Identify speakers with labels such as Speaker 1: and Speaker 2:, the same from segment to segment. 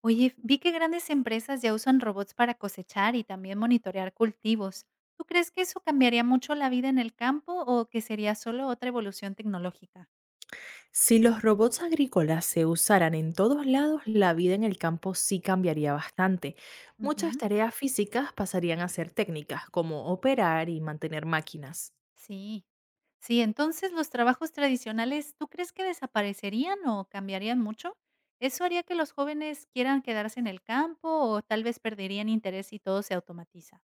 Speaker 1: Oye, vi que grandes empresas ya usan robots para cosechar y también monitorear cultivos. ¿Tú crees que eso cambiaría mucho la vida en el campo o que sería solo otra evolución tecnológica?
Speaker 2: Si los robots agrícolas se usaran en todos lados, la vida en el campo sí cambiaría bastante. Muchas
Speaker 1: Ujú.
Speaker 2: tareas físicas pasarían a ser técnicas, como operar y mantener máquinas.
Speaker 1: Sí. Sí, entonces los trabajos tradicionales, ¿tú crees que desaparecerían o cambiarían mucho? ¿Eso haría que los jóvenes quieran quedarse en el campo o tal vez perderían interés y todo se automatiza?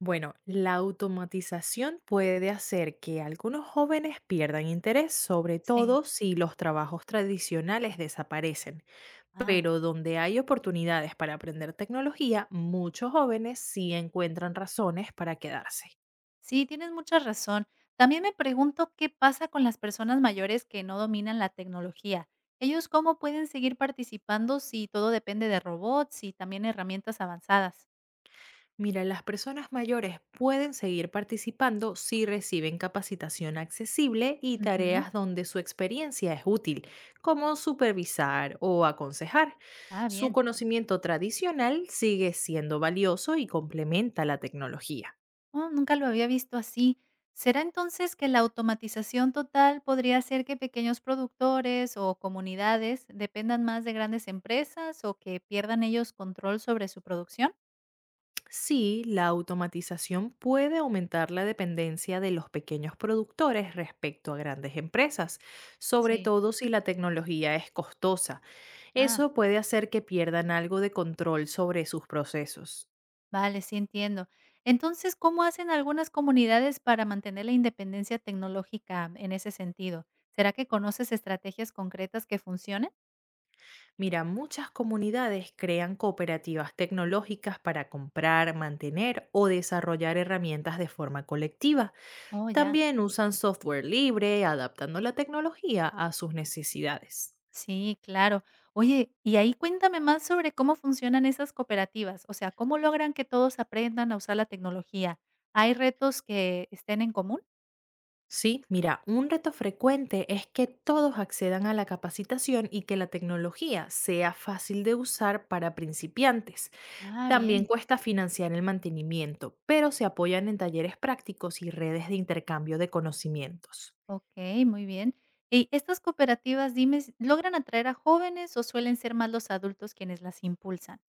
Speaker 2: Bueno, la automatización puede hacer que algunos jóvenes pierdan interés, sobre
Speaker 1: Sí.
Speaker 2: todo si los trabajos tradicionales desaparecen.
Speaker 1: Ah.
Speaker 2: Pero donde hay oportunidades para aprender tecnología, muchos jóvenes sí encuentran razones para quedarse.
Speaker 1: Sí, tienes mucha razón. También me pregunto qué pasa con las personas mayores que no dominan la tecnología. ¿Ellos cómo pueden seguir participando si todo depende de robots y también herramientas avanzadas?
Speaker 2: Mira, las personas mayores pueden seguir participando si reciben capacitación accesible y
Speaker 1: Ujú.
Speaker 2: tareas donde su experiencia es útil, como supervisar o aconsejar.
Speaker 1: Ah,
Speaker 2: Su
Speaker 1: bien.
Speaker 2: conocimiento tradicional sigue siendo valioso y complementa la tecnología.
Speaker 1: Oh, nunca lo había visto así. ¿Será entonces que la automatización total podría hacer que pequeños productores o comunidades dependan más de grandes empresas o que pierdan ellos control sobre su producción?
Speaker 2: Sí, la automatización puede aumentar la dependencia de los pequeños productores respecto a grandes empresas, sobre
Speaker 1: Sí.
Speaker 2: todo si la tecnología es costosa.
Speaker 1: Ah.
Speaker 2: Eso puede hacer que pierdan algo de control sobre sus procesos.
Speaker 1: Vale, sí entiendo. Entonces, ¿cómo hacen algunas comunidades para mantener la independencia tecnológica en ese sentido? ¿Será que conoces estrategias concretas que funcionen?
Speaker 2: Mira, muchas comunidades crean cooperativas tecnológicas para comprar, mantener o desarrollar herramientas de forma colectiva.
Speaker 1: Oh, ya.
Speaker 2: También usan software libre, adaptando la tecnología a sus necesidades.
Speaker 1: Sí, claro. Oye, y ahí cuéntame más sobre cómo funcionan esas cooperativas, o sea, ¿cómo logran que todos aprendan a usar la tecnología? ¿Hay retos que estén en común?
Speaker 2: Sí, mira, un reto frecuente es que todos accedan a la capacitación y que la tecnología sea fácil de usar para principiantes.
Speaker 1: Ah,
Speaker 2: También
Speaker 1: bien.
Speaker 2: cuesta financiar el mantenimiento, pero se apoyan en talleres prácticos y redes de intercambio de conocimientos.
Speaker 1: Ok, muy bien. ¿Y estas cooperativas, dime, logran atraer a jóvenes o suelen ser más los adultos quienes las impulsan?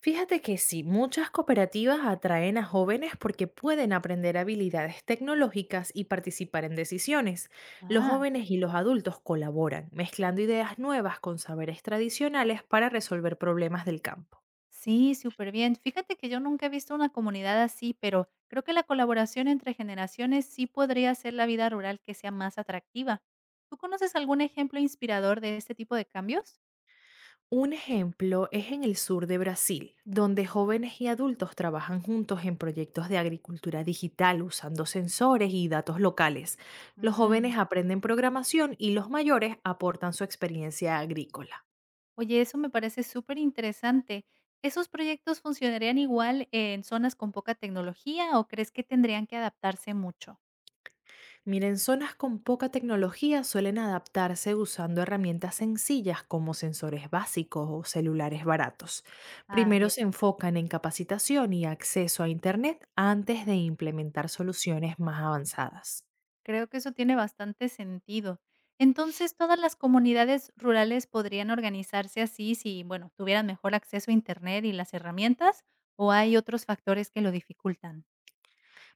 Speaker 2: Fíjate que sí, muchas cooperativas atraen a jóvenes porque pueden aprender habilidades tecnológicas y participar en decisiones. Los
Speaker 1: Ah.
Speaker 2: jóvenes y los adultos colaboran, mezclando ideas nuevas con saberes tradicionales para resolver problemas del campo.
Speaker 1: Sí, súper bien. Fíjate que yo nunca he visto una comunidad así, pero creo que la colaboración entre generaciones sí podría hacer la vida rural que sea más atractiva. ¿Tú conoces algún ejemplo inspirador de este tipo de cambios?
Speaker 2: Un ejemplo es en el sur de Brasil, donde jóvenes y adultos trabajan juntos en proyectos de agricultura digital usando sensores y datos locales. Los
Speaker 1: Mm.
Speaker 2: jóvenes aprenden programación y los mayores aportan su experiencia agrícola.
Speaker 1: Oye, eso me parece súper interesante. ¿Esos proyectos funcionarían igual en zonas con poca tecnología o crees que tendrían que adaptarse mucho?
Speaker 2: Miren, zonas con poca tecnología suelen adaptarse usando herramientas sencillas como sensores básicos o celulares baratos.
Speaker 1: Ah,
Speaker 2: Primero
Speaker 1: bien.
Speaker 2: se enfocan en capacitación y acceso a Internet antes de implementar soluciones más avanzadas.
Speaker 1: Creo que eso tiene bastante sentido. Entonces, ¿todas las comunidades rurales podrían organizarse así si, bueno, tuvieran mejor acceso a Internet y las herramientas? ¿O hay otros factores que lo dificultan?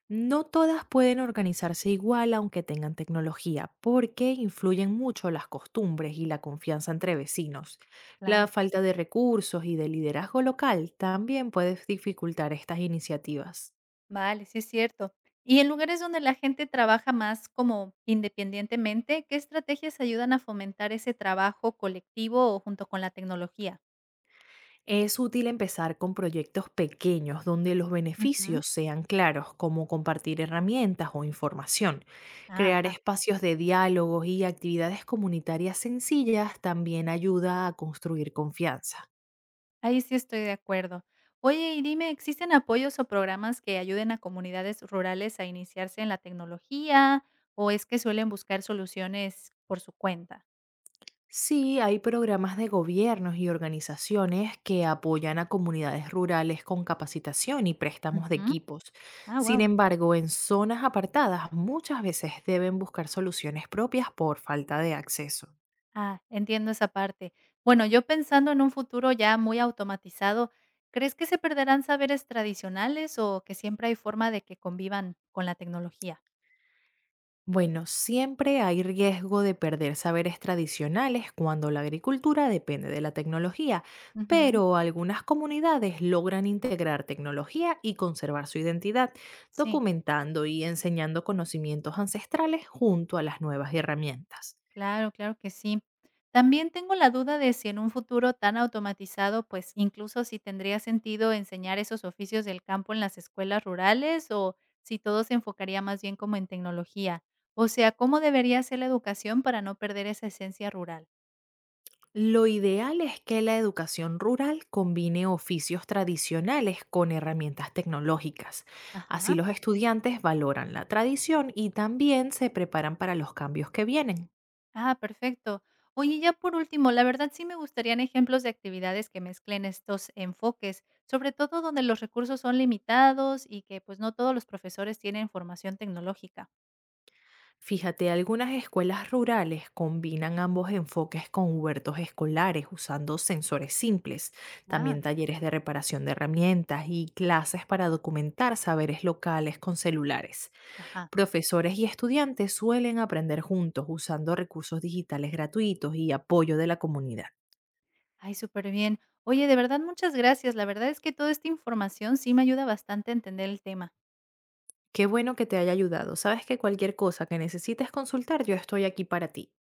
Speaker 2: No todas pueden organizarse igual aunque tengan tecnología, porque influyen mucho las costumbres y la confianza entre vecinos. La
Speaker 1: Claro,
Speaker 2: falta de recursos y de liderazgo local también puede dificultar estas iniciativas.
Speaker 1: vale, sí es cierto. Y en lugares donde la gente trabaja más como independientemente, ¿qué estrategias ayudan a fomentar ese trabajo colectivo o junto con la tecnología?
Speaker 2: Es útil empezar con proyectos pequeños donde los
Speaker 1: Ujú.
Speaker 2: beneficios sean claros, como compartir herramientas o información. Crear
Speaker 1: Ajá.
Speaker 2: espacios de diálogos y actividades comunitarias sencillas también ayuda a construir confianza.
Speaker 1: Ahí sí estoy de acuerdo. Oye, y dime, ¿existen apoyos o programas que ayuden a comunidades rurales a iniciarse en la tecnología o es que suelen buscar soluciones por su cuenta?
Speaker 2: Sí, hay programas de gobiernos y organizaciones que apoyan a comunidades rurales con capacitación y préstamos de
Speaker 1: Ujú.
Speaker 2: equipos.
Speaker 1: Ah,
Speaker 2: Sin
Speaker 1: wow.
Speaker 2: embargo, en zonas apartadas muchas veces deben buscar soluciones propias por falta de acceso.
Speaker 1: Ah, entiendo esa parte. Bueno, yo pensando en un futuro ya muy automatizado, ¿crees que se perderán saberes tradicionales o que siempre hay forma de que convivan con la tecnología?
Speaker 2: Bueno, siempre hay riesgo de perder saberes tradicionales cuando la agricultura depende de la tecnología,
Speaker 1: Ujú.
Speaker 2: pero algunas comunidades logran integrar tecnología y conservar su identidad,
Speaker 1: Sí.
Speaker 2: documentando y enseñando conocimientos ancestrales junto a las nuevas herramientas.
Speaker 1: Claro, claro que sí. También tengo la duda de si en un futuro tan automatizado, pues incluso si tendría sentido enseñar esos oficios del campo en las escuelas rurales o si todo se enfocaría más bien como en tecnología. O sea, ¿cómo debería ser la educación para no perder esa esencia rural?
Speaker 2: Lo ideal es que la educación rural combine oficios tradicionales con herramientas tecnológicas. Así
Speaker 1: Ajá.
Speaker 2: los estudiantes valoran la tradición y también se preparan para los cambios que vienen.
Speaker 1: Ah, perfecto. Oye, ya por último, la verdad sí me gustarían ejemplos de actividades que mezclen estos enfoques, sobre todo donde los recursos son limitados y que pues no todos los profesores tienen formación tecnológica.
Speaker 2: Fíjate, algunas escuelas rurales combinan ambos enfoques con huertos escolares usando sensores simples,
Speaker 1: Ah.
Speaker 2: también talleres de reparación de herramientas y clases para documentar saberes locales con celulares.
Speaker 1: Ajá.
Speaker 2: Profesores y estudiantes suelen aprender juntos usando recursos digitales gratuitos y apoyo de la comunidad.
Speaker 1: Ay, súper bien. Oye, de verdad, muchas gracias. La verdad es que toda esta información sí me ayuda bastante a entender el tema.
Speaker 2: Qué bueno que te haya ayudado. Sabes que cualquier cosa que necesites consultar, yo estoy aquí para ti.